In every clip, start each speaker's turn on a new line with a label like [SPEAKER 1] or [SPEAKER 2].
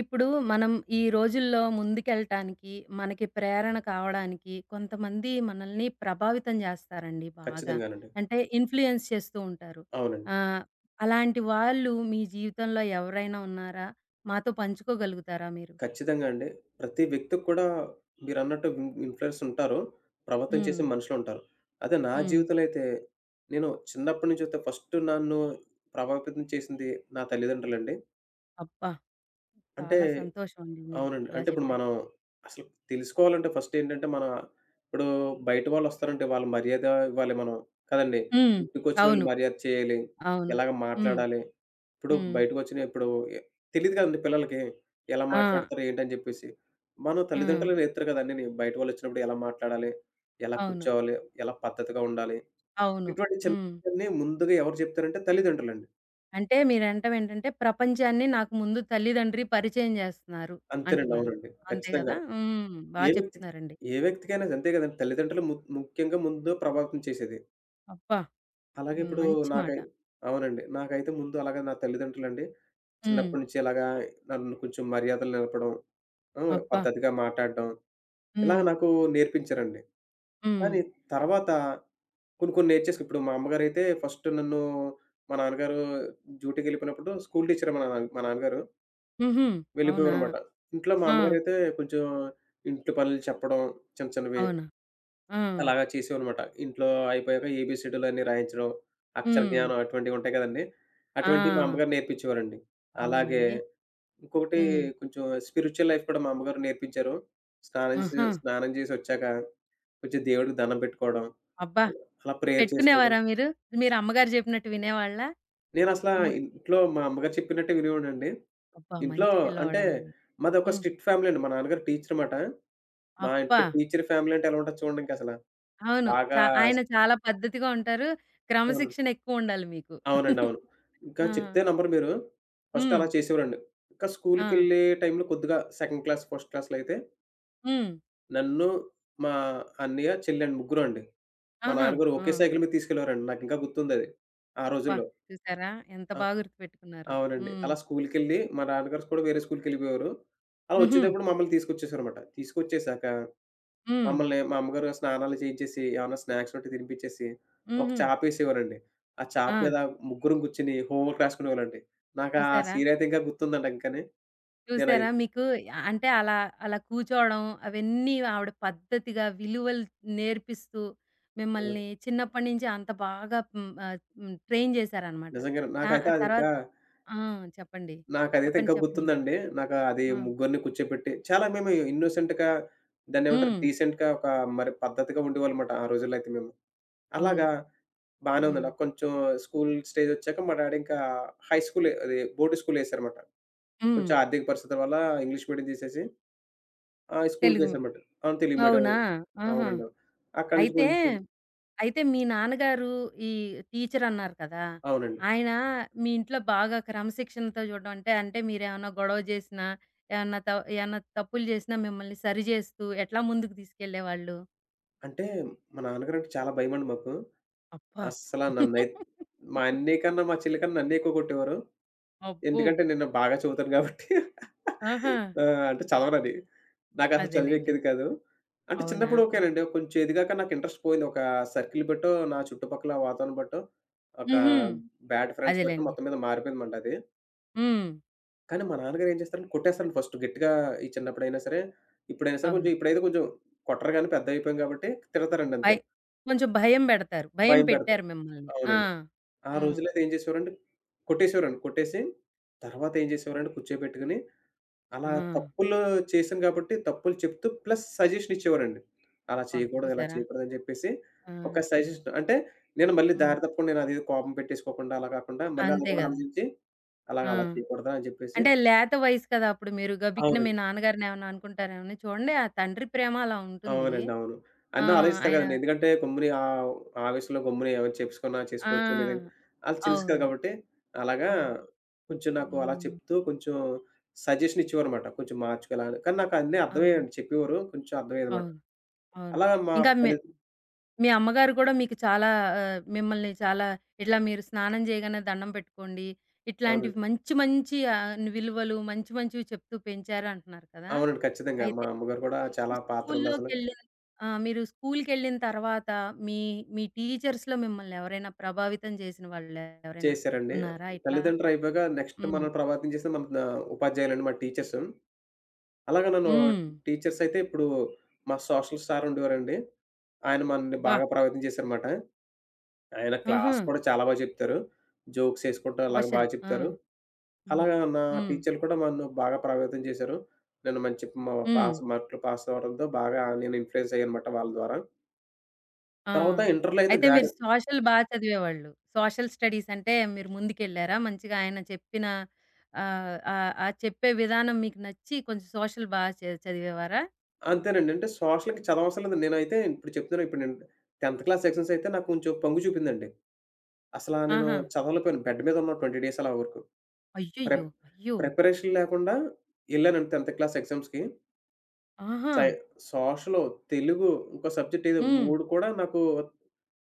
[SPEAKER 1] ఇప్పుడు మనం ఈ రోజుల్లో ముందుకెళ్ళటానికి, మనకి ప్రేరణ కావడానికి కొంతమంది మనల్ని ప్రభావితం చేస్తారండి బాగా.
[SPEAKER 2] ఖచ్చితంగానండి.
[SPEAKER 1] అంటే ఇన్‌ఫ్లూయెన్స్ చేస్తూ ఉంటారు.
[SPEAKER 2] అవునండి.
[SPEAKER 1] ఆహ్, అలాంటి వాళ్ళు మీ జీవితంలో ఎవరైనా ఉన్నారా? మాతో పంచుకోగలుగుతారా మీరు?
[SPEAKER 2] ఖచ్చితంగా అండి. ప్రతి వ్యక్తికి కూడా మీరన్నట్టు ఇన్‌ఫ్లుయెన్స్ ఉంటారు. ప్రభావితం
[SPEAKER 1] హ్మ్.
[SPEAKER 2] చేసే మనుషులుంటారు. అదే నా
[SPEAKER 1] హ్మ్.
[SPEAKER 2] జీవితంలో అయితే నేను చిన్నప్పటి నుంచి అయితే ఫస్ట్ నన్ను ప్రభావితం చేసింది నా తల్లిదండ్రులండి.
[SPEAKER 1] అబ్బా!
[SPEAKER 2] అంటే
[SPEAKER 1] చాలా సంతోషం అండి మీరు
[SPEAKER 2] అవునండి.
[SPEAKER 1] అలా
[SPEAKER 2] అంటే ఇప్పుడు
[SPEAKER 1] చెప్పారు.
[SPEAKER 2] మనం అసలు తెలుసుకోవాలంటే ఫస్ట్ ఏంటంటే మన ఇప్పుడు బయట వాళ్ళొస్తారంటే వాళ్ళ మర్యాద ఇవ్వాలి మనం. కదండీ!
[SPEAKER 1] హ్మ్.
[SPEAKER 2] ఇంటికొచ్చినోళ్ళు
[SPEAKER 1] అవును.
[SPEAKER 2] మర్యాద చేయాలి.
[SPEAKER 1] అవును.
[SPEAKER 2] ఎలాగ
[SPEAKER 1] హ్మ్.
[SPEAKER 2] మాట్లాడాలి. ఇప్పుడు
[SPEAKER 1] హ్మ్.
[SPEAKER 2] బయటకొచ్చిన ఇప్పుడు ఎ తెలీదు కదండీ పిల్లలకి. ఎలా
[SPEAKER 1] ఆ!
[SPEAKER 2] మాట్లాడతారు ఏంటని జెప్పేసి. మనం
[SPEAKER 1] హ్మ్.
[SPEAKER 2] తల్లిదండ్రులే నేర్పుతారు కదా! అన్నీని. బయట వాళ్ళొచ్చినప్పుడు ఎలా మాట్లాడాలి, ఎలా
[SPEAKER 1] అవును.
[SPEAKER 2] కూర్చోవాలి, ఎలా పద్ధతిగా ఉండాలి.
[SPEAKER 1] అవును.
[SPEAKER 2] ఇటువంటి
[SPEAKER 1] హ్మ్.
[SPEAKER 2] చిన్నవన్నీ ముందుగా ఎవరు చెప్తారంటే తల్లిదండ్రులండి.
[SPEAKER 1] అంటే మీరనటం ఏంటంటే, ప్రపంచాన్ని నాకు ముందు తల్లిదండ్రి పరిచయం జేస్తున్నారు
[SPEAKER 2] అంతేనండి.
[SPEAKER 1] అంటున్నారు.
[SPEAKER 2] అవునండి.
[SPEAKER 1] అంతే
[SPEAKER 2] ఖచ్చితంగా.
[SPEAKER 1] గదా! హ్మ్. బా
[SPEAKER 2] ఏ వ్యక్తి
[SPEAKER 1] చెప్తున్నారండి.
[SPEAKER 2] ఏ వ్యక్తికైనా అంతే కదండీ. తల్లిదండ్రులు ముఖ్యంగా ముందు ప్రభావితం చేసేది.
[SPEAKER 1] అబ్బా!
[SPEAKER 2] అలాగే
[SPEAKER 1] హ్మ్.
[SPEAKER 2] ఇప్పుడు
[SPEAKER 1] మంచి మాట.
[SPEAKER 2] నాకై అవునండి. నాకైతే ముందు అలాగే నా తల్లిదండ్రులండి.
[SPEAKER 1] హ్మ్.
[SPEAKER 2] చిన్నప్పటి నుంచి ఇలాగా నన్ను కొంచెం మర్యాదలు నేర్పడం,
[SPEAKER 1] అబ్బా!
[SPEAKER 2] పద్ధతిగా మాట్లాడడం ఇలా
[SPEAKER 1] హ్మ్.
[SPEAKER 2] నాకు నేర్పించారండి.
[SPEAKER 1] హ్మ్.
[SPEAKER 2] కానీ
[SPEAKER 1] అ
[SPEAKER 2] తర్వాత కొన్ని కొన్ని నేర్చేసుకు ఇప్పుడు మా అమ్మగారైతే ఫస్ట్ నన్ను మా నాన్నగారు డ్యూటీకెళ్ళిపోయినప్పుడు స్కూల్ టీచర్ మా నాన్నగారు
[SPEAKER 1] హుహు. అవునా?
[SPEAKER 2] వెళ్ళిపోయారనమాట. ఇంట్లో మా
[SPEAKER 1] ఆ!
[SPEAKER 2] అమ్మగారైతే కొంచెం ఇంటి పనులు చెప్పడం చిన్న చిన్నవి.
[SPEAKER 1] అవునా? ఆ!
[SPEAKER 2] అలాగా చేసేవనమాట. ఇంట్లో అయిపోయాక ఏబీసీడీలన్నీ రాయించడం, అక్షర
[SPEAKER 1] హ్మ్.
[SPEAKER 2] జ్ఞానం అటువంటివి ఉంటాయి కదండీ!
[SPEAKER 1] ఆ!
[SPEAKER 2] అటువంటివి మా అమ్మగారు నేర్పించేవారండి. అలాగే
[SPEAKER 1] అవునండి.
[SPEAKER 2] ఇంకొకటి
[SPEAKER 1] హ్మ్.
[SPEAKER 2] కొంచెం స్పిరిచ్యువల్ లైఫ్ కూడా మా అమ్మగారు నేర్పించారు.
[SPEAKER 1] ఆహా!
[SPEAKER 2] స్నానం చేసొచ్చాక కొంచెం దేవుడికి దండం పెట్టుకోవడం,
[SPEAKER 1] అబ్బా!
[SPEAKER 2] అల అలా ప్రేయర్ చేసుకోవడం.
[SPEAKER 1] పెట్టుకునేవారా మీరు? మీరు అమ్మగారు జెప్పినట్టు వినేవాళ్ళా?
[SPEAKER 2] నేనసలా
[SPEAKER 1] అమ్మగా
[SPEAKER 2] ఇంట్లో మా అమ్మగారు చెప్పినట్టే వినేవాడినండి.
[SPEAKER 1] అబ్బా!
[SPEAKER 2] ఇంట్లో
[SPEAKER 1] మంచి
[SPEAKER 2] అంటే
[SPEAKER 1] పిల్లవాడండి.
[SPEAKER 2] మాదొక
[SPEAKER 1] హ్మ్.
[SPEAKER 2] స్ట్రిక్ట్ ఫ్యామిలీ అండి. మా నాన్నగారు టీచరనమాట. మా
[SPEAKER 1] అబ్బా!
[SPEAKER 2] యొక్క టీచర్ ఫ్యామిలీ అంటే ఎలా ఉంటది చూడండి ఇంకసల.
[SPEAKER 1] అవును.
[SPEAKER 2] బాగా
[SPEAKER 1] ఆయన చాలా పద్ధతిగా ఉంటారు.
[SPEAKER 2] అవును.
[SPEAKER 1] క్రమశిక్షణ ఎక్కువుండాలి మీకు.
[SPEAKER 2] అవునండి. అవును. ఇంకా
[SPEAKER 1] ఆ!
[SPEAKER 2] చెప్తే నమ్మరు మీరు. ఫస్ట్
[SPEAKER 1] హ్మ్.
[SPEAKER 2] అలా చేసేవారండి. ఇంకా
[SPEAKER 1] ఆ!
[SPEAKER 2] స్కూలుకెళ్ళే టైంలో కొద్దిగా సెకండ్ క్లాస్, ఫస్ట్ క్లాస్‌లో అయితే
[SPEAKER 1] హ్మ్.
[SPEAKER 2] నన్ను, మా అన్నయ్య, చెల్లండి ముగ్గురం అండి. మా
[SPEAKER 1] ఆహా!
[SPEAKER 2] నాన్నగారు
[SPEAKER 1] ఆ!
[SPEAKER 2] ఒకే సైకిల్ మీద తీసుకెళ్ళేవారండి. నాకింకా గుర్తుందది. ఆ
[SPEAKER 1] అబ్బా!
[SPEAKER 2] రోజుల్లో.
[SPEAKER 1] చూసారా? ఎంత
[SPEAKER 2] ఆ!
[SPEAKER 1] బాగా గుర్తుపెట్టుకున్నారో.
[SPEAKER 2] అవునండి.
[SPEAKER 1] హ్మ్.
[SPEAKER 2] అలా స్కూలుకెళ్ళి మా నాన్నగారు కూడా వేరే స్కూలుకెళ్ళిపోయేవారు. అలా
[SPEAKER 1] హుహు.
[SPEAKER 2] వచ్చేటప్పుడు మమ్మల్ని తీసుకొచ్చేసారనమాట. తీసుకొచ్చేసాక
[SPEAKER 1] హ్మ్.
[SPEAKER 2] మమ్మల్ని మా అమ్మగారు స్నానాలు చేయించేసి, ఏమన్నా స్నాక్స్ ఉంటే తినిపిచ్చేసి, ఒక
[SPEAKER 1] హుహు.
[SPEAKER 2] చాపేసేవారండి. ఆ
[SPEAKER 1] ఆ!
[SPEAKER 2] చాప మీద ముగ్గురం కూర్చొని హోంవర్క్ రాసుకునేవాళ్ళండి. నాకు ఆ
[SPEAKER 1] చూసారా?
[SPEAKER 2] సీనయితే ఇంకా గుర్తుందండి ఇంకాని. నేనది
[SPEAKER 1] చూసారా? మీకు అంటే అలా, అలా కూర్చోవడం అవన్నీ ఆవిడ పద్ధతిగా విలువలు నేర్పిస్తూ
[SPEAKER 2] హ్మ్.
[SPEAKER 1] మిమ్మల్ని చిన్నప్పటి నుంచి అంత బాగా ట్రైన్ చేశారనమాట.
[SPEAKER 2] నిజంగానే.
[SPEAKER 1] ఆ!
[SPEAKER 2] నాకైతే
[SPEAKER 1] ఆ తర్వాత
[SPEAKER 2] అదింకా
[SPEAKER 1] ఆ! చెప్పండి.
[SPEAKER 2] నాకదైతే
[SPEAKER 1] చెప్పండి.
[SPEAKER 2] ఇంకా
[SPEAKER 1] చెప్పండి ఇంకా.
[SPEAKER 2] గుర్తుందండి. నాకు అది
[SPEAKER 1] ఆ!
[SPEAKER 2] ముగ్గురిని కూర్చోపెట్టి చాలా మేము ఇన్నోసెంట్‌గా దాన్నేమంటారు
[SPEAKER 1] హ్మ్.
[SPEAKER 2] డీసెంట్‌గా ఒక మరి పద్ధతిగా ఉండేవాళ్ళమాట ఆ రోజుల్లో అయితే మేము.
[SPEAKER 1] అవును.
[SPEAKER 2] అలాగా బానే
[SPEAKER 1] హ్మ్.
[SPEAKER 2] ఉందండి. కొంచెం స్కూల్ స్టేజొచ్చాక మా డాడీ ఇంకా హై స్కూలే అది బోర్డ్ స్కూలేశారమాట.
[SPEAKER 1] హ్మ్.
[SPEAKER 2] కొంచెం ఆర్థిక పరిస్థితుల వల్ల ఇంగ్లీష్ మీడియం తీసేసి
[SPEAKER 1] తెలుగు మీ
[SPEAKER 2] స్కూల్‌కేసానమాట. అవును. తెలుగు మీడియం
[SPEAKER 1] అవునా? ఆహా!
[SPEAKER 2] అవునండి. అక్కడి నుంచి
[SPEAKER 1] అయితే,
[SPEAKER 2] కొంచెం
[SPEAKER 1] అయితే మీ నాన్నగారు ఈ టీచర్ అన్నారు కదా!
[SPEAKER 2] అవునండి.
[SPEAKER 1] ఆయన మీ ఇంట్లో బాగా క్రమశిక్షణతో చూడడం అంటే, అంటే మీరేమన్నా గొడవ చేసినా, ఏమన్నా త ఏమన్నా తప్పులు చేసినా మిమ్మల్ని సరిజేస్తూ ఎట్లా ముందుకు తీసుకెళ్ళేవాళ్ళు?
[SPEAKER 2] అంటే మా నాన్నగారంటే చాలా భయమండి మాకు.
[SPEAKER 1] అబ్బా!
[SPEAKER 2] అస్సల నన్నై మా అన్నయ్య కన్నా, మా చెల్లి కన్నా నన్నే ఎక్కువ కొట్టేవారు.
[SPEAKER 1] అబ్బో!
[SPEAKER 2] ఎందుకంటే నేను బాగా చదువుతాను గాబట్టి.
[SPEAKER 1] ఆహా!
[SPEAKER 2] ఆ! అంటే చదవనని. నాకసలు
[SPEAKER 1] అదేలెండి.
[SPEAKER 2] చదువెక్కేది కాదు. అంటే
[SPEAKER 1] అవునా?
[SPEAKER 2] చిన్నప్పుడు
[SPEAKER 1] ఆ!
[SPEAKER 2] ఓకేనండి. కొంచెం ఎదిగాక నాకు ఇంట్రెస్ట్ పోయింది. ఒక సర్కిల్ బట్టో, నా చుట్టుపక్కల వాతావరణం బట్టో, ఒక
[SPEAKER 1] హుహు.
[SPEAKER 2] బ్యాడ్ ఫ్రెండ్స్ బట్టో
[SPEAKER 1] అదేలెండి.
[SPEAKER 2] మొత్తం మీద మారిపోయిందమాట అది.
[SPEAKER 1] హ్మ్.
[SPEAKER 2] కానీ మా నాన్నగారు ఏం చేస్తారంటే కొట్టేస్తారండి ఫస్ట్ గట్టిగా ఈ చిన్నప్పుడైనా సరే. ఇప్పుడైనా సరే కొంచెం
[SPEAKER 1] అవును.
[SPEAKER 2] ఇప్పుడైతే కొంచెం కొట్టరు గానీ పెద్దయిపోయాం కాబట్టి తిడతారండి అంతే.
[SPEAKER 1] భయ్ కొంచెం భయం బెడతారు. భయం
[SPEAKER 2] భయం పెడతారు.
[SPEAKER 1] పెట్టారు మిమ్మల్ని. ఆ!
[SPEAKER 2] అవునండి. ఆ
[SPEAKER 1] హ్మ్.
[SPEAKER 2] రోజుల్లో అయితే ఏం చేసేవారంటే కొట్టేసేవారండి. కొట్టేసి తర్వాత ఏం చేసేవారంటే కూర్చోబెట్టుకొని
[SPEAKER 1] ఆ!
[SPEAKER 2] అలా తప్పులు చేశాను కాబట్టి తప్పులు చెప్తూ ప్లస్ సజెషన్ ఇచ్చేవారండి. అలా
[SPEAKER 1] అబ్బా!
[SPEAKER 2] చేయకూడదు, ఇలా
[SPEAKER 1] చూసారా?
[SPEAKER 2] చేయకూడదు అని చెప్పేసి
[SPEAKER 1] ఆ!
[SPEAKER 2] ఒక సజెషన్ అంటే నేను మళ్ళీ
[SPEAKER 1] హ్మ్.
[SPEAKER 2] దారి తప్పకుండా నేను అదేదో కోపం పెట్టేసుకోకుండా అలా కాకుండా మళ్ళీ అది
[SPEAKER 1] అంతే
[SPEAKER 2] కూడా
[SPEAKER 1] గదా!
[SPEAKER 2] ఆలోచించి అలాగ
[SPEAKER 1] ఆ!
[SPEAKER 2] అలా చేయకూడదా అని చెప్పేసి
[SPEAKER 1] అంటే లేత వయసు కదా! అప్పుడు మీరు గబికిన మీ
[SPEAKER 2] అవునండి.
[SPEAKER 1] నాన్నగారిని ఏమన్నా అనుకుంటారేమోని. చూడండి ఆ తండ్రి ప్రేమ అలా ఉంటుంది.
[SPEAKER 2] అవునండి. అవును.
[SPEAKER 1] ఆ!
[SPEAKER 2] అన్నీ ఆలోచిస్తా
[SPEAKER 1] ఆయన
[SPEAKER 2] కదండీ. ఎందుకంటే గమ్ముని ఆవేశంలో గమ్మున ఏమైనా చేసుకున్నా చేసుకోవచ్చు లేదంటే
[SPEAKER 1] ఆ!
[SPEAKER 2] ఆళ్ళకి తెలుసు కదా!
[SPEAKER 1] అవును.
[SPEAKER 2] కాబట్టి అలాగా
[SPEAKER 1] అవును.
[SPEAKER 2] కొంచెం నాకు అలా
[SPEAKER 1] హ్మ్.
[SPEAKER 2] చెప్తూ కొంచెం సజెషన్ ఇచ్చేవారన్నమాట. కొంచెం మార్చుకో ఇలా అని. కానీ నాకు అన్నీ
[SPEAKER 1] అవును.
[SPEAKER 2] అర్థమయ్యేయండి. చెప్పేవారు. కొంచెం అర్థమయ్యేదన్నమాట.
[SPEAKER 1] అవును. అవును.
[SPEAKER 2] అలా మా
[SPEAKER 1] ఇంకా మీ
[SPEAKER 2] తల్లి
[SPEAKER 1] మీ అమ్మగారు కూడా మీకు చాలా మిమ్మల్ని చాలా ఇట్లా మీరు స్నానం చేయగానే దండం పెట్టుకోండి. ఇట్లాంటివి
[SPEAKER 2] అవునండి.
[SPEAKER 1] మంచి మంచి విలువలు మంచి మంచివి చెప్తూ పెంచారు అంటున్నారు కదా!
[SPEAKER 2] అవునండి. ఖచ్చితంగా. మా
[SPEAKER 1] అయితే
[SPEAKER 2] అమ్మగారు కూడా చాలా
[SPEAKER 1] మీకు
[SPEAKER 2] పాత్ర ఉంది అసలు.
[SPEAKER 1] స్కూల్లోకెళ్ళిన ఆ! మీరు స్కూల్‌కెళ్ళిన తర్వాత మీ మీ టీచర్స్‌లో మిమ్మల్ని ఎవరైనా ప్రభావితం చేసిన వాళ్ళు ఎవరైనా
[SPEAKER 2] చేశారండి.
[SPEAKER 1] ఉన్నారా ఇట్లా?
[SPEAKER 2] తల్లిదండ్రులు అయిపోయాక నెక్స్ట్
[SPEAKER 1] హ్మ్.
[SPEAKER 2] మనం ప్రభావితం చేసింది మన ఉపాధ్యాయులండి. మా టీచర్సు. అలాగా నన్ను
[SPEAKER 1] హ్మ్.
[SPEAKER 2] టీచర్స్ అయితే ఇప్పుడు మా సోషల్ సార్ ఉండేవారండి. ఆయన మనల్ని
[SPEAKER 1] అబ్బా!
[SPEAKER 2] బాగా ప్రభావితం చేశారన్నమాట. ఆయన
[SPEAKER 1] ఆహా!
[SPEAKER 2] క్లాస్ కూడా చాలా బాగా చెప్తారు. జోక్స్ ఏసుకుంటూ అలాగా
[SPEAKER 1] సోషల్.
[SPEAKER 2] బాగా
[SPEAKER 1] ఆ!
[SPEAKER 2] చెప్తారు.
[SPEAKER 1] హ్మ్.
[SPEAKER 2] అలాగా నా
[SPEAKER 1] హ్మ్.
[SPEAKER 2] టీచర్లు కూడా నన్ను బాగా ప్రభావితం చేశారు. నేను మంచి మా
[SPEAKER 1] హ్మ్.
[SPEAKER 2] పాస్ మార్కులు పాస్ అవ్వడంతో బాగా నేను ఇన్‌ఫ్లూయెన్స్ అయ్యానన్నమాట వాళ్ళ ద్వారా.
[SPEAKER 1] ఆ!
[SPEAKER 2] తర్వాత ఇంటర్‌లో అయితే
[SPEAKER 1] అయితే
[SPEAKER 2] గాడి
[SPEAKER 1] మీరు సోషల్ బా చదివేవాళ్ళు. సోషల్ స్టడీస్ అంటే మీరు ముందుకెళ్లారా? మంచిగా ఆయన చెప్పిన ఆహ్, ఆహ్, ఆ చెప్పే విధానం మీకు నచ్చి కొంచెం సోషల్ బా చదివేవారా?
[SPEAKER 2] అంతేనండి. అంటే సోషల్‌కి చదవవసరం లేదు. నేనైతే ఇప్పుడు చెప్తున్నాను ఇప్పుడు నేను 10థ్ క్లాస్ సెక్షన్స్ అయితే నాకు కొంచెం పొంగు చూపిందండి. అసలా నేను
[SPEAKER 1] ఆహా!
[SPEAKER 2] చదవలేకపోయాను. బెడ్ మీద ఉన్నాను 20 డేస్ అలా వరకు.
[SPEAKER 1] అయ్యయ్యో!
[SPEAKER 2] ప్రెప్
[SPEAKER 1] అయ్యో!
[SPEAKER 2] ప్రిపరేషన్ లేకుండా ఎళ్ళానండి 10థ్ క్లాస్ ఎగ్జామ్స్‌కి.
[SPEAKER 1] ఆహా!
[SPEAKER 2] సై సోషలు, తెలుగు ఇంకో సబ్జెక్ట్ ఏదో
[SPEAKER 1] హ్మ్.
[SPEAKER 2] 3 కూడా నాకు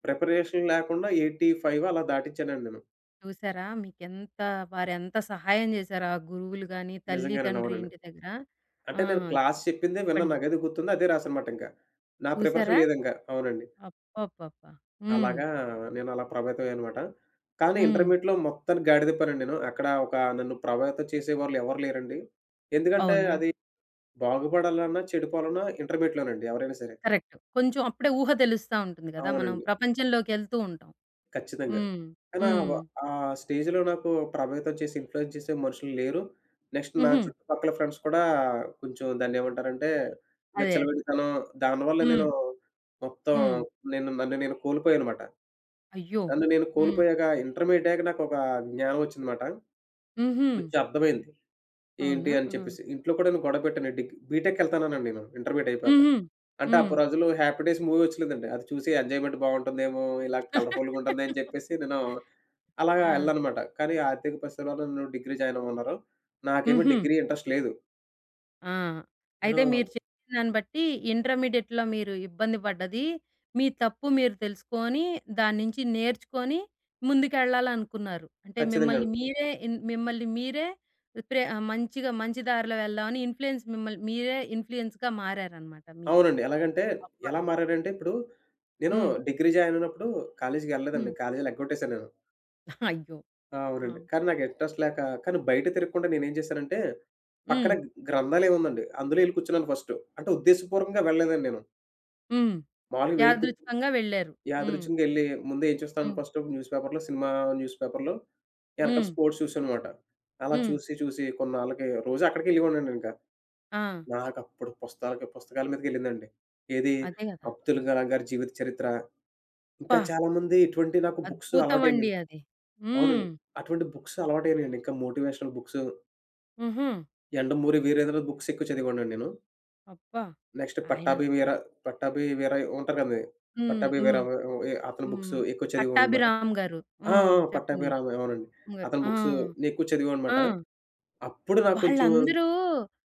[SPEAKER 2] ప్రిపరేషన్ లేకుండా 85 అలా దాటిచ్చానండి నేను.
[SPEAKER 1] చూసారా? మీకెంత వారెంత సహాయం చేశారు. ఆ గురువులు గాని, తల్లి,
[SPEAKER 2] నిజంగానండి.
[SPEAKER 1] తండ్రి
[SPEAKER 2] అవునండి.
[SPEAKER 1] ఇంటి దగ్గర. ఆ!
[SPEAKER 2] అంటే నేను క్లాస్ చెప్పిందే విన్నాను.
[SPEAKER 1] చెప్పండి.
[SPEAKER 2] నాకదే గుర్తుంది. అదే రాసానమాట ఇంకా. నా ప్రిపరేషన్
[SPEAKER 1] చూసారా?
[SPEAKER 2] లేదింకా. అవునండి.
[SPEAKER 1] అబ్బబ్బబ్బా! హ్మ్.
[SPEAKER 2] అలాగా నేను అలా ప్రభావితం అయ్యానమాట. కానీ
[SPEAKER 1] హ్మ్.
[SPEAKER 2] ఇంటర్మీడియేట్‌లో మొత్తానికి గాడి తిప్పానండి నేను. అక్కడ ఒక నన్ను ప్రభావితం చేసేవాళ్ళు ఎవరు లేరండి. ఎందుకంటే
[SPEAKER 1] అవునా?
[SPEAKER 2] అది బాగుపడాలన్నా, చెడిపోవాలన్నా ఇంటర్మీడియేట్‌లోనండి ఎవరైనా సరే.
[SPEAKER 1] కరెక్ట్. కొంచెం అప్పుడే ఊహ తెలుస్తా ఉంటుంది గదా! మనం
[SPEAKER 2] అవునండి.
[SPEAKER 1] ప్రపంచంలోకెళ్తూ ఉంటాం.
[SPEAKER 2] ఖచ్చితంగా.
[SPEAKER 1] హ్మ్.
[SPEAKER 2] కానీ
[SPEAKER 1] హ్మ్.
[SPEAKER 2] ఆ స్టేజ్‌లో నాకు ప్రభావితం చేసి, ఇన్‌ఫ్లూయెన్స్ చేసే మనుషులు లేరు. నెక్స్ట్ నా
[SPEAKER 1] హుహు.
[SPEAKER 2] చుట్టుపక్కల ఫ్రెండ్స్ కూడా కొంచెం దాన్నేమంటారంటే,
[SPEAKER 1] అదే. అదే.
[SPEAKER 2] విచ్చలవిడితనం దానివల్ల
[SPEAKER 1] హ్మ్.
[SPEAKER 2] నేను మొత్తం
[SPEAKER 1] హ్మ్.
[SPEAKER 2] నేను నన్ను నేను కోల్పోయానమాట.
[SPEAKER 1] అయ్యో!
[SPEAKER 2] నన్ను నేను
[SPEAKER 1] హ్మ్.
[SPEAKER 2] కోల్పోయాక ఇంటర్మీడియేట్ అయ్యాక నాకొక జ్ఞానం వచ్చిందమాట.
[SPEAKER 1] హుహు.
[SPEAKER 2] వచ్చి అర్థమైంది. ఏంటి
[SPEAKER 1] అవునా?
[SPEAKER 2] అని
[SPEAKER 1] ఆ!
[SPEAKER 2] చెప్పేసి. ఇంట్లో కూడా నేను గొడవ పెట్టాను. బీటెక్‌కెళ్తానన్నాను నేను ఇంటర్మీడియేట్ అయిపోయాక.
[SPEAKER 1] హుహు.
[SPEAKER 2] అంటే
[SPEAKER 1] హ్మ్.
[SPEAKER 2] అప్పుడు రోజులు 'హ్యాపీ డేస్' మూవీ వచ్చలేదండి. అది చూసి ఎంజాయ్‌మెంట్ బావుంటుందేమో, ఇలా కలర్‌ఫుల్‌గా ఉంటుంది అని చెప్పేసి నేను అలాగా
[SPEAKER 1] ఆ!
[SPEAKER 2] ఎళ్ళాననమాట. కానీ ఆర్థిక పరిస్థితుల వల్ల నేను డిగ్రీ జాయిన్ అవ్వమన్నారు. నాకేమో
[SPEAKER 1] హుహు.
[SPEAKER 2] డిగ్రీ ఇంట్రెస్ట్ లేదు.
[SPEAKER 1] ఆ! అయితే
[SPEAKER 2] నేను
[SPEAKER 1] మీరు చెప్పిన దాన్ని బట్టి ఇంటర్మీడియేట్‌లో మీరు ఇబ్బంది పడ్డది, మీ తప్పు మీరు తెలుసుకొని, దాని నుంచి నేర్చుకొని ముందుకెళ్ళాలనుకున్నారు. అంటే
[SPEAKER 2] ఖచ్చితంగా
[SPEAKER 1] మిమ్మల్ని మీరే మంచిగా మంచి దారిలో వెళ్దామని ఇన్‌ఫ్లూయెన్స్ మిమ్మల్ని మీరే ఇన్‌ఫ్లూయెన్స్‌గా మారారన్నమాట మీకు.
[SPEAKER 2] అవునండి. ఎలాగంటే
[SPEAKER 1] అబ్బా!
[SPEAKER 2] ఎలా మారానంటే ఇప్పుడు నేను
[SPEAKER 1] హ్మ్.
[SPEAKER 2] డిగ్రీ జాయిన్ అయినప్పుడు కాలేజీకెళ్ళలేదండి.
[SPEAKER 1] హ్మ్.
[SPEAKER 2] కాలేజీ ఎగ్గొట్టేసాను నేను.
[SPEAKER 1] అయ్యో!
[SPEAKER 2] ఆ!
[SPEAKER 1] ఆ!
[SPEAKER 2] అవునండి. కానీ నాకు ఇంట్రెస్ట్ లేక కానీ బయట తిరగకుండా నేనేం చేశానంటే పక్కన
[SPEAKER 1] హ్మ్.
[SPEAKER 2] గ్రంథాలయం ఉందండి. అందులో ఎళ్లి కూర్చున్నాను ఫస్టు. అంటే ఉద్దేశపూర్వకంగా వెళ్ళలేదండి నేను.
[SPEAKER 1] హ్మ్.
[SPEAKER 2] మామూలుగా వెళ్లి కు
[SPEAKER 1] యాదృచ్ఛికంగా వెళ్లారు. హ్మ్.
[SPEAKER 2] యాదృచ్ఛికంగా ఎళ్లి ముందు ఏం చూస్తాను
[SPEAKER 1] హ్మ్.
[SPEAKER 2] ఫస్ట్ న్యూస్ పేపర్‌లో ఎనకాల
[SPEAKER 1] హ్మ్.
[SPEAKER 2] స్పోర్ట్స్ చూసానమాట. అలా
[SPEAKER 1] హ్మ్.
[SPEAKER 2] చూసి, చూసి కొన్నాళ్ళకి రోజు అక్కడికే ఎళ్ళేవాడినండింకా.
[SPEAKER 1] ఆ!
[SPEAKER 2] నాకప్పుడు పుస్తకాల మీదకెళ్ళిందండి. ఏది
[SPEAKER 1] అదే గదా!
[SPEAKER 2] 'అబ్దుల్ కలాం' గారి జీవిత చరిత్ర, ఇంకా
[SPEAKER 1] అబ్బా!
[SPEAKER 2] చాలామంది ఇటువంటి నాకు బుక్స్ అలవాటయినియి.
[SPEAKER 1] అద్భుతమండి అది. హ్మ్.
[SPEAKER 2] అవునండి. అటువంటి బుక్స్ అలవాటయినియండి. ఇంకా మోటివేషనల్ బుక్స్,
[SPEAKER 1] హుహు.
[SPEAKER 2] 'యండమూరి వీరేంద్రనాథ్' బుక్స్ ఎక్కువ చదివేవాడినండి నేను.
[SPEAKER 1] అబ్బా!
[SPEAKER 2] నెక్స్ట్
[SPEAKER 1] ఆయనసల
[SPEAKER 2] పట్టాభి వీర' ఉంటారు కదండీ!
[SPEAKER 1] హ్మ్.
[SPEAKER 2] 'పట్టాభి వీర'
[SPEAKER 1] హ్మ్.
[SPEAKER 2] అతని బుక్స్
[SPEAKER 1] హ్మ్.
[SPEAKER 2] ఎక్కువ చదివేవాడినమాట.
[SPEAKER 1] పట్టాభిరామ్ గారు.
[SPEAKER 2] ఆ!
[SPEAKER 1] హ్మ్.
[SPEAKER 2] ఆ!
[SPEAKER 1] చెప్పండి.
[SPEAKER 2] 'పట్టాభిరామ' అవునండి.
[SPEAKER 1] రామ్ గారు.
[SPEAKER 2] అతని
[SPEAKER 1] ఆ!
[SPEAKER 2] బుక్స్ నేనెక్కువ
[SPEAKER 1] ఆ!
[SPEAKER 2] చదివానమాట. అప్పుడు నాకు కొంచెం
[SPEAKER 1] వాళ్ళందరూ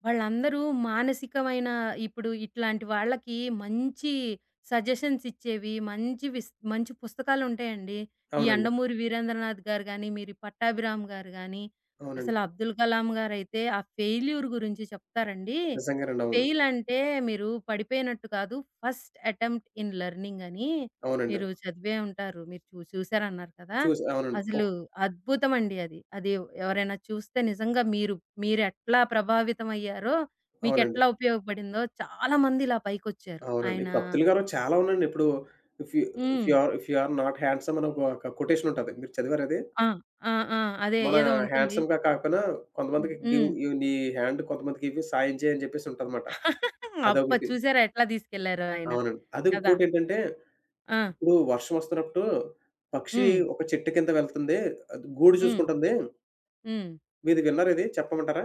[SPEAKER 1] వాళ్ళందరూ మానసికమైన ఇప్పుడు ఇట్లాంటి వాళ్ళకి మంచి సజెషన్స్ ఇచ్చేవి, మంచి విస్ మంచి పుస్తకాలుంటాయండి. ఈ
[SPEAKER 2] అవునండి.
[SPEAKER 1] 'యండమూరి వీరేంద్రనాథ్' గారు గాని, మీరు ఈ 'పట్టాభిరామ్' గారు గాని,
[SPEAKER 2] అవునండి.
[SPEAKER 1] అసలు 'అబ్దుల్ కలాం' గారైతే ఆ ఫెయిల్యూర్ గురించి చెప్తారండి.
[SPEAKER 2] నిజంగానండి. అవును.
[SPEAKER 1] ఫెయిల్ అంటే మీరు పడిపోయినట్టు కాదు, ఫస్ట్ అటెంప్ట్ ఇన్ లెర్నింగ్ అని
[SPEAKER 2] అవునండి.
[SPEAKER 1] మీరు చదివే ఉంటారు. మీరు చూసారన్నారు కదా!
[SPEAKER 2] చూసి అవునండి.
[SPEAKER 1] అసలు అద్భుతమండి అది. అది ఎవరైనా చూస్తే నిజంగా మీరు మీరెట్లా ప్రభావితమయ్యారో,
[SPEAKER 2] అవునండి.
[SPEAKER 1] మీకెట్లా ఉపయోగపడిందో చాలా మంది ఇలా పైకొచ్చారు.
[SPEAKER 2] అవునండి.
[SPEAKER 1] ఆయన
[SPEAKER 2] ఇప్పుడు 'అబ్దుల్ గారు' చాలా ఉన్నాయండి. ఇప్పుడు ఇఫ్ యూ
[SPEAKER 1] హ్మ్.
[SPEAKER 2] If you are not handsome అని ఒక ఒక కొటేషన్ ఉంటది. మీరు చదివారా అది?
[SPEAKER 1] ఆ! ఆ! ఆ! అదే
[SPEAKER 2] మన
[SPEAKER 1] ఏదో ఉంటుంది.
[SPEAKER 2] హ్యాండ్‌సమ్‌గా కాకపోయినా
[SPEAKER 1] హ్మ్.
[SPEAKER 2] కొంతమందికి గివ్
[SPEAKER 1] హ్మ్.
[SPEAKER 2] యు నీ హ్యాండ్ కొంతమందికి ఇవ్వి సాయం చేయి అని చెప్పేసి ఉంటదన్నమాట.
[SPEAKER 1] అబ్బా!
[SPEAKER 2] అదొకటి.
[SPEAKER 1] చూసారా ఎట్లా తీసుకెళ్లారో ఆయన
[SPEAKER 2] అవునండి. అది
[SPEAKER 1] కదా!
[SPEAKER 2] ఇంకోటేంటంటే
[SPEAKER 1] ఆ!
[SPEAKER 2] ఇప్పుడు వర్షం వస్తున్నప్పుడు పక్షి
[SPEAKER 1] హ్మ్.
[SPEAKER 2] ఒక చెట్టు కింద వెళ్తుంది. అది గూడు
[SPEAKER 1] హ్మ్.
[SPEAKER 2] చూసుకుంటుంది.
[SPEAKER 1] హ్మ్.
[SPEAKER 2] మీది విన్నారా ఇది? చెప్పమంటారా?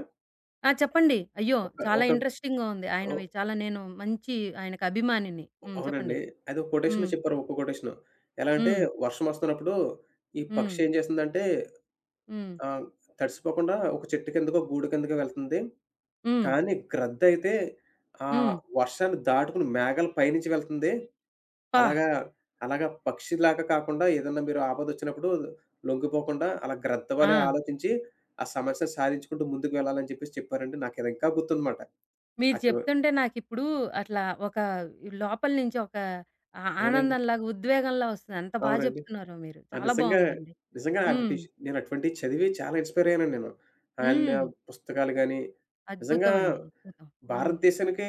[SPEAKER 1] ఆ! చెప్పండి. అయ్యో!
[SPEAKER 2] ఒక
[SPEAKER 1] చాలా
[SPEAKER 2] ఒక
[SPEAKER 1] ఇంట్రెస్టింగ్‌గా ఉంది
[SPEAKER 2] ఓ
[SPEAKER 1] ఆయనవి. చాలా నేను మంచి ఆయనకి అభిమానిని. హ్మ్.
[SPEAKER 2] అవునండి.
[SPEAKER 1] చెప్పండి.
[SPEAKER 2] అది ఒక కొటేషన్
[SPEAKER 1] హ్మ్.
[SPEAKER 2] చెప్పారు. ఒక్క కొటేషను. ఎలా అంటే
[SPEAKER 1] హ్మ్.
[SPEAKER 2] వర్షం వస్తున్నప్పుడు ఈ
[SPEAKER 1] హ్మ్.
[SPEAKER 2] పక్షి ఏం చేసిందంటే
[SPEAKER 1] హ్మ్.
[SPEAKER 2] ఆహ్, తడిసిపోకుండా ఒక చెట్టు కిందకో, గూడు కిందకో వెళ్తుంది.
[SPEAKER 1] హ్మ్.
[SPEAKER 2] కానీ గ్రద్ద అయితే ఆ
[SPEAKER 1] హ్మ్.
[SPEAKER 2] వర్షాన్ని దాటుకొని మేఘాల పైనుంచి వెళ్తుంది.
[SPEAKER 1] అబ్బా!
[SPEAKER 2] అలాగా, అలాగా పక్షిలాగా కాకుండా ఏదన్నా మీరు ఆపదొచ్చినప్పుడు లొంగిపోకుండా అలా గ్రద్ద వలె
[SPEAKER 1] ఆ!
[SPEAKER 2] ఆలోచించి ఆ సమస్యను సాధించుకుంటూ ముందుకు వెళ్ళాలని చెప్పేసి చెప్పారండి. నాకిది ఇంకా గుర్తుందమాట.
[SPEAKER 1] మీరు
[SPEAKER 2] అటు
[SPEAKER 1] చెప్తుంటే నాకిప్పుడు అట్లా ఒక లోపల నుంచి ఒక ఆ
[SPEAKER 2] అవునండి.
[SPEAKER 1] ఆనందంలాగా, ఉద్వేగంలా వస్తుంది. అంత బా
[SPEAKER 2] అవునండి.
[SPEAKER 1] చెప్తున్నారో మీరు.
[SPEAKER 2] ఆ!
[SPEAKER 1] చాలా
[SPEAKER 2] నిజంగా,
[SPEAKER 1] బావుందండి.
[SPEAKER 2] నిజంగా అవి
[SPEAKER 1] హ్మ్.
[SPEAKER 2] టీచ్ నేను అటువంటివి చదివి చాలా ఇన్‌స్పైర్ అయ్యానండి నేను. ఆయన
[SPEAKER 1] హ్మ్.
[SPEAKER 2] పుస్తకాలు
[SPEAKER 1] అ
[SPEAKER 2] గాని, నిజంగా
[SPEAKER 1] అద్భుతం అండి. అద్భుతం. హ్మ్.
[SPEAKER 2] భారతదేశానికి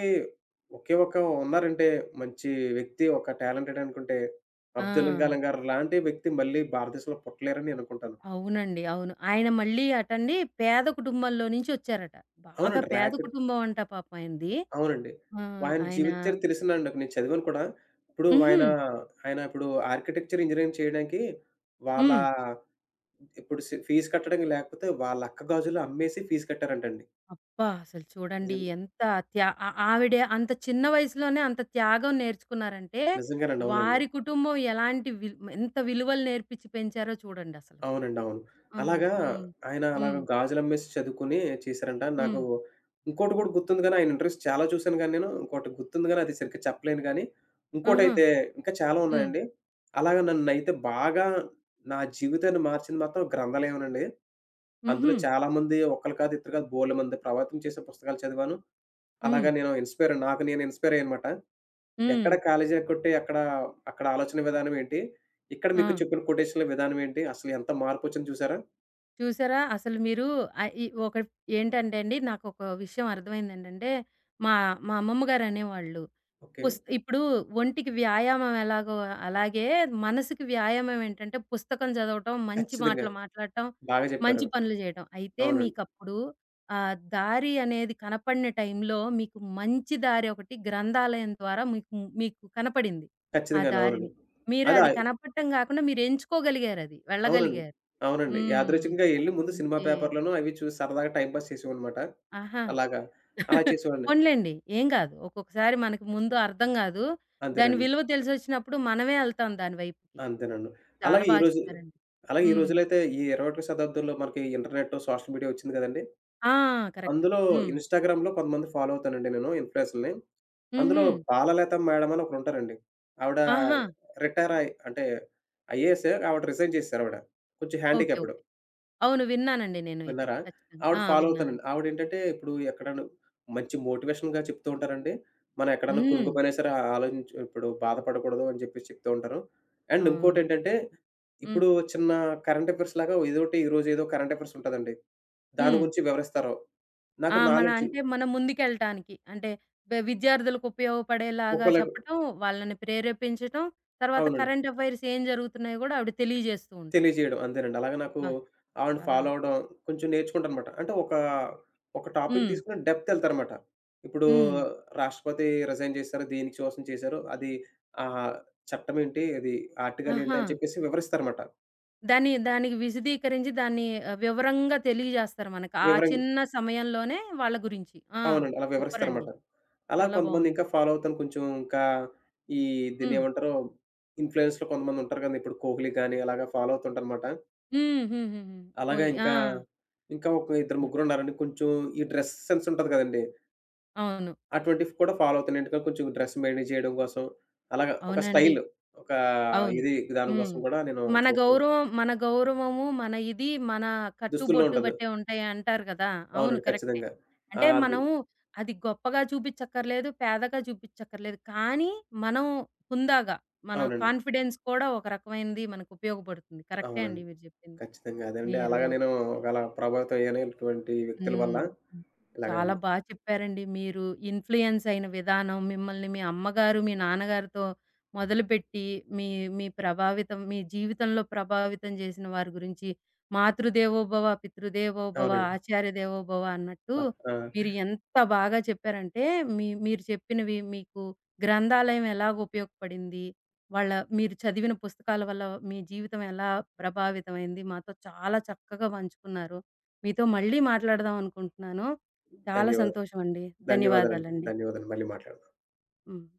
[SPEAKER 2] ఒకే ఒక ఉన్నారంటే మంచి వ్యక్తి, ఒక టాలెంటెడ్ అనుకుంటే
[SPEAKER 1] ఆ!
[SPEAKER 2] 'అబ్దుల్ కలాం' గారు లాంటి వ్యక్తి మళ్ళీ భారతదేశంలో పుట్టలేరని నేను అనుకుంటాను.
[SPEAKER 1] అవునండి. అవును. ఆయన మళ్ళీ అటండి పేద కుటుంబంలో నుంచి ఒచ్చారట. బాగా
[SPEAKER 2] అవునండి.
[SPEAKER 1] పేద కుటుంబం అంట పాపం ఆయనది.
[SPEAKER 2] అవునండి.
[SPEAKER 1] ఆ!
[SPEAKER 2] ఆయన
[SPEAKER 1] ఆయన
[SPEAKER 2] జీవిత చరిత్ర తెలిసిందండి నాకు. నేను చదివాను కూడా. ఇప్పుడు
[SPEAKER 1] హుహు.
[SPEAKER 2] ఆయన, ఆయన ఇప్పుడు ఆర్కిటెక్చర్ ఇంజినీరింగ్ చేయడానికి వాళ్ళ
[SPEAKER 1] హ్మ్.
[SPEAKER 2] ఇప్పుడు ఫీజు కట్టడానికి లేకపోతే వాళ్ళ అక్క గాజులు అమ్మేసి ఫీజు కట్టారంటండి.
[SPEAKER 1] అబ్బా! అసలు చూడండి
[SPEAKER 2] నిజం
[SPEAKER 1] ఎంత ఆ ఆవిడ అంత చిన్న వయసులోనే అంత త్యాగం నేర్చుకున్నారంటే,
[SPEAKER 2] నిజంగానండి. అవునండి.
[SPEAKER 1] వారి కుటుంబం ఎలాంటి ఎంత విలువలు నేర్పించి పెంచారో చూడండసలు.
[SPEAKER 2] అవునండి. అవును.
[SPEAKER 1] హ్మ్.
[SPEAKER 2] అలాగా
[SPEAKER 1] హ్మ్.
[SPEAKER 2] ఆయన అలాగా
[SPEAKER 1] హ్మ్.
[SPEAKER 2] గాజులమ్మేసి చదువుకొని చేశారంట. నాకు
[SPEAKER 1] హ్మ్.
[SPEAKER 2] ఇంకోటి కూడా గుర్తుంది గానీ, ఆయన ఇంటర్వ్యూస్ చాలా చూసాను గానీ నేను. ఇంకోటి గుర్తుంది గానీ, అది సరిగ్గా చెప్పలేను గానీ,
[SPEAKER 1] ఆహా!
[SPEAKER 2] ఇంకోటైతే ఇంకా చాలా
[SPEAKER 1] హ్మ్.
[SPEAKER 2] ఉన్నాయండి. అలాగా నన్నైతే బాగా నా జీవితాన్ని మార్చింది మాత్రం గ్రంథాలయమేనండి. అందులో
[SPEAKER 1] హుహు.
[SPEAKER 2] చాలామంది ఒకళ్ళు కాదు, ఇద్దరు కాదు బోలెడు మంది ప్రభావితం చేసే పుస్తకాలు చదివాను.
[SPEAKER 1] హ్మ్.
[SPEAKER 2] అలాగా నేను ఇన్‌స్పైర్ నాకు నేను ఇన్‌స్పైర్ అయ్యానమాట.
[SPEAKER 1] హ్మ్.
[SPEAKER 2] ఎక్కడ కాలేజీ కొట్టి అక్కడ ఆలోచన విధానం ఏంటి? ఇక్కడ
[SPEAKER 1] ఆ!
[SPEAKER 2] మీకు చెప్పిన కొటేషన్‌ల విధానం ఏంటి? అసలు ఎంత మార్పొచ్చిందో చూసారా?
[SPEAKER 1] చూసారా? అసలు మీరు ఈ ఒక ఏంటంటే అండి, నాకొక విషయం అర్థమైందేంటంటే, మా మా అమ్మమ్మ గారు అనేవాళ్ళు.
[SPEAKER 2] ఓకే.
[SPEAKER 1] పుస్ ఇప్పుడు ఒంటికి వ్యాయామం ఎలాగో అలాగే మనసుకి వ్యాయామం ఏంటంటే పుస్తకం చదవటం, మంచి
[SPEAKER 2] ఖచ్చితంగా.
[SPEAKER 1] మాటలు మాట్లాడటం,
[SPEAKER 2] బాగా చెప్పారు.
[SPEAKER 1] మంచి పనులు చేయటం. అయితే
[SPEAKER 2] అవునండి.
[SPEAKER 1] మీకప్పుడు దారి అనేది కనపడిన టైంలో మీకు మంచి దారి ఒకటి గ్రంథాలయం ద్వారా మీకు మీకు కనపడింది. ఆ
[SPEAKER 2] ఖచ్చితంగాను. అవునండి.
[SPEAKER 1] దారిని. మీరు
[SPEAKER 2] అదే
[SPEAKER 1] అది
[SPEAKER 2] ఆ-
[SPEAKER 1] కనపడటం గాకుండా మీరు ఎంచుకోగలిగారది.
[SPEAKER 2] అవునండి.
[SPEAKER 1] వెళ్ళగలిగారు.
[SPEAKER 2] అవునండి.
[SPEAKER 1] హ్మ్.
[SPEAKER 2] యాదృచ్ఛికంగా ఎళ్లి
[SPEAKER 1] చాలా
[SPEAKER 2] ముందు సినిమా
[SPEAKER 1] మంచి
[SPEAKER 2] పేపర్‌లోను అవి చూసి సరదాగా టైమ్ పాస్ చేసేవాడినమాట.
[SPEAKER 1] ఆహా!
[SPEAKER 2] అలాగా. అలా చేసేవాడిని.
[SPEAKER 1] పోనీలెండి. ఏం గాదు. ఒక్కొక్కసారి మనకు ముందు అర్థం గాదు. దాని
[SPEAKER 2] అంతేనండి.
[SPEAKER 1] విలువ తెలిసొచ్చినప్పుడు మనమే ఎళ్తాం దాని వైపుకి.
[SPEAKER 2] అంతేనండి.
[SPEAKER 1] చాలా
[SPEAKER 2] అలాగే ఈ
[SPEAKER 1] బా
[SPEAKER 2] రోజు
[SPEAKER 1] చెప్పారండి.
[SPEAKER 2] అలాగే ఈ
[SPEAKER 1] హ్మ్.
[SPEAKER 2] రోజులైతే ఈ 21వ శతాబ్దంలో మనకి ఇంటర్నెట్, సోషల్ మీడియా వచ్చింది కదండీ!
[SPEAKER 1] ఆ! కరెక్ట్.
[SPEAKER 2] అందులో
[SPEAKER 1] హ్మ్.
[SPEAKER 2] ఇన్‌స్టాగ్రామ్‌లో కొంతమంది ఫాలో అవుతానండి నేను ఇన్‌ఫ్లుయెన్సర్‌లని. అందులో
[SPEAKER 1] హుహు.
[SPEAKER 2] బాలలత మేడం అని ఒకరుంటారండి. ఆవిడ
[SPEAKER 1] ఆహా!
[SPEAKER 2] రిటైర్ అయి అంటే ఐఏఎస్ ఆవిడ రిజైన్ చేసేసారావిడ. కొంచెం
[SPEAKER 1] ఓకే.
[SPEAKER 2] Handicapped
[SPEAKER 1] okay. అవును. విన్నానండి నేను ఇది.
[SPEAKER 2] విన్నారా?
[SPEAKER 1] ఖచ్చితంగా.
[SPEAKER 2] ఆవిడ
[SPEAKER 1] ఆ!
[SPEAKER 2] ఫాలో
[SPEAKER 1] విన్నాను.
[SPEAKER 2] అవుతానండి. ఆవిడేంటంటే ఇప్పుడు ఎక్కడన్నా మంచి మోటివేషన్‌గా చెప్తూ ఉంటారండి. మనం ఎక్కడన్నా
[SPEAKER 1] హ్మ్.
[SPEAKER 2] కుంగిపోయినా సరే ఆలోచించి ఇప్పుడు బాధపడకూడదు అని చెప్పేసి చెప్తూ ఉంటారు. అండ్
[SPEAKER 1] అవును.
[SPEAKER 2] ఇంకోటేంటంటే
[SPEAKER 1] హ్మ్.
[SPEAKER 2] ఇప్పుడు చిన్న కరెంట్ అఫైర్స్ లాగా ఏదోటి ఈరోజు ఏదో కరెంట్ అఫైర్స్ ఉంటదండి. దాని
[SPEAKER 1] హ్మ్.
[SPEAKER 2] గురించి వివరిస్తారు. నాకు
[SPEAKER 1] ఆ! మన
[SPEAKER 2] నాలెడ్జ్
[SPEAKER 1] అంటే మనం ముందుకెళ్ళటానికి. అంటే విద్యార్థులకు ఉపయోగపడేలాగా
[SPEAKER 2] ఒకళ్ళకు
[SPEAKER 1] చెప్పటం, వాళ్ళని ప్రేరేపించటం, తర్వాత
[SPEAKER 2] అవునండి.
[SPEAKER 1] కరెంట్ అఫైర్స్ ఏం జరుగుతున్నాయో గూడా ఆవిడ తెలియజేస్తూ ఉంటారు.
[SPEAKER 2] తెలియజేయడం అంతేనండి. అలాగే నాకు
[SPEAKER 1] అబ్బా!
[SPEAKER 2] ఆవిడని
[SPEAKER 1] చాలా
[SPEAKER 2] ఫాలో అవ్వడం కొంచెం నేర్చుకుంటానమాట. అంటే ఒక, ఒక టాపిక్
[SPEAKER 1] హ్మ్.
[SPEAKER 2] తీసుకొని డెప్త్ ఎళ్తారనమాట. ఇప్పుడు
[SPEAKER 1] హ్మ్.
[SPEAKER 2] రాష్ట్రపతి రిజైన్ చేశారు. దీనికి శోషణ చేశారు. అది ఆహ్, చట్టం ఏంటి? అది ఆర్టికల్ ఏంటి?
[SPEAKER 1] ఆహా!
[SPEAKER 2] అని చెప్పేసి వివరిస్తారనమాట.
[SPEAKER 1] దాన్ని దానికి విశదీకరించి దాన్ని వివరంగా తెలియజేస్తారు మనకు. ఆ
[SPEAKER 2] వివరం
[SPEAKER 1] చిన్న సమయంలోనే వాళ్ళ గురించి. ఆ!
[SPEAKER 2] అవునండి. అలా
[SPEAKER 1] సూపరండి.
[SPEAKER 2] వివరిస్తారనమాట. అలా
[SPEAKER 1] చాలా
[SPEAKER 2] కొంతమంది
[SPEAKER 1] బావుంది.
[SPEAKER 2] ఇంకా ఫాలో అవుతాను. కొంచెం ఇంకా ఈ
[SPEAKER 1] హ్మ్.
[SPEAKER 2] దీన్నేమంటారు? ఇన్‌ఫ్లుయెన్సర్‌లు కొంతమంది ఉంటారు కదండీ! ఇప్పుడు కోహ్లీ గాని అలాగా ఫాలో అవుతుంటానమాట.
[SPEAKER 1] హ్మ్. హుహుహు.
[SPEAKER 2] అలాగా
[SPEAKER 1] కోలి. ఆ!
[SPEAKER 2] ఇంకా, ఇంకా ఒక ఇద్దరు ముగ్గురున్నారండి. కొంచెం ఈ డ్రెస్ సెన్స్ ఉంటది కదండీ!
[SPEAKER 1] అవును.
[SPEAKER 2] అటువంటివి కూడా ఫాలో అవుతాను. ఎందుకంటే కొంచెం డ్రెస్ మేనేజ్ చేయడం కోసం, అలాగా ఒక
[SPEAKER 1] అవునండి.
[SPEAKER 2] స్టైల్, ఒక
[SPEAKER 1] అవును.
[SPEAKER 2] ఇది దాని
[SPEAKER 1] హ్మ్.
[SPEAKER 2] కోసం కూడా నేను
[SPEAKER 1] మన
[SPEAKER 2] చూస్తాను.
[SPEAKER 1] గౌరవం, మన గౌరవము, మన ఇది, మన
[SPEAKER 2] దుస్తుల్లో
[SPEAKER 1] కట్టుబొట్టు
[SPEAKER 2] ఉంటుంది.
[SPEAKER 1] బట్టే ఉంటాయి అంటారు గదా! అవును
[SPEAKER 2] అవునండి.
[SPEAKER 1] కరెక్టే.
[SPEAKER 2] ఖచ్చితంగా.
[SPEAKER 1] అంటే
[SPEAKER 2] ఆహ్, అది
[SPEAKER 1] మనం అది గొప్పగా చూపిచ్చక్కర్లేదు, పేదగా చూపిచ్చక్కర్లేదు. కానీ మనం హుందాగా, మన
[SPEAKER 2] అవునండి.
[SPEAKER 1] కాన్ఫిడెన్స్ కూడా ఒక రకమైనది మనకు ఉపయోగపడుతుంది. కరెక్టే అండి
[SPEAKER 2] అవునండి.
[SPEAKER 1] మీరు జెప్పింది.
[SPEAKER 2] ఖచ్చితంగా. అదండి.
[SPEAKER 1] మీరు
[SPEAKER 2] అలాగా నేను అలా ప్రభావితం అయ్యాను ఇటువంటి వ్యక్తుల వల్ల.
[SPEAKER 1] హ్మ్. చాలా
[SPEAKER 2] ఇలాగండి.
[SPEAKER 1] బా చెప్పారండి. మీరు ఇన్‌ఫ్లూయన్స్ అయిన విధానం, మిమ్మల్ని మీ అమ్మగారు, మీ నాన్నగారితో మొదలుపెట్టి, మీ మీ ప్రభావితం మీ జీవితంలో ప్రభావితం చేసిన వారి గురించి, మాతృదేవోభవ, పితృదేవోభవ,
[SPEAKER 2] అవునండి.
[SPEAKER 1] ఆచార్య దేవోభవ అన్నట్టు
[SPEAKER 2] అబ్బా!
[SPEAKER 1] మీరు
[SPEAKER 2] ఆ!
[SPEAKER 1] ఎంత బాగా చెప్పారంటే, మీ మీరు చెప్పినవి మీకు గ్రంథాలయం ఎలాగ ఉపయోగపడింది, వాళ్ళ మీరు చదివిన పుస్తకాల వల్ల మీ జీవితం ఎలా ప్రభావితమైంది, మాతో చాలా చక్కగా పంచుకున్నారు. మీతో మళ్ళీ మాట్లాడదాం అనుకుంటున్నాను. చాలా
[SPEAKER 2] ధన్యవాదాలు.
[SPEAKER 1] సంతోషమండి.
[SPEAKER 2] ధన్యవాదాలండి.
[SPEAKER 1] ధన్యవాదాలండి.
[SPEAKER 2] ధన్యవాదాలు. మళ్ళీ మాట్లాడదాం.
[SPEAKER 1] హ్మ్.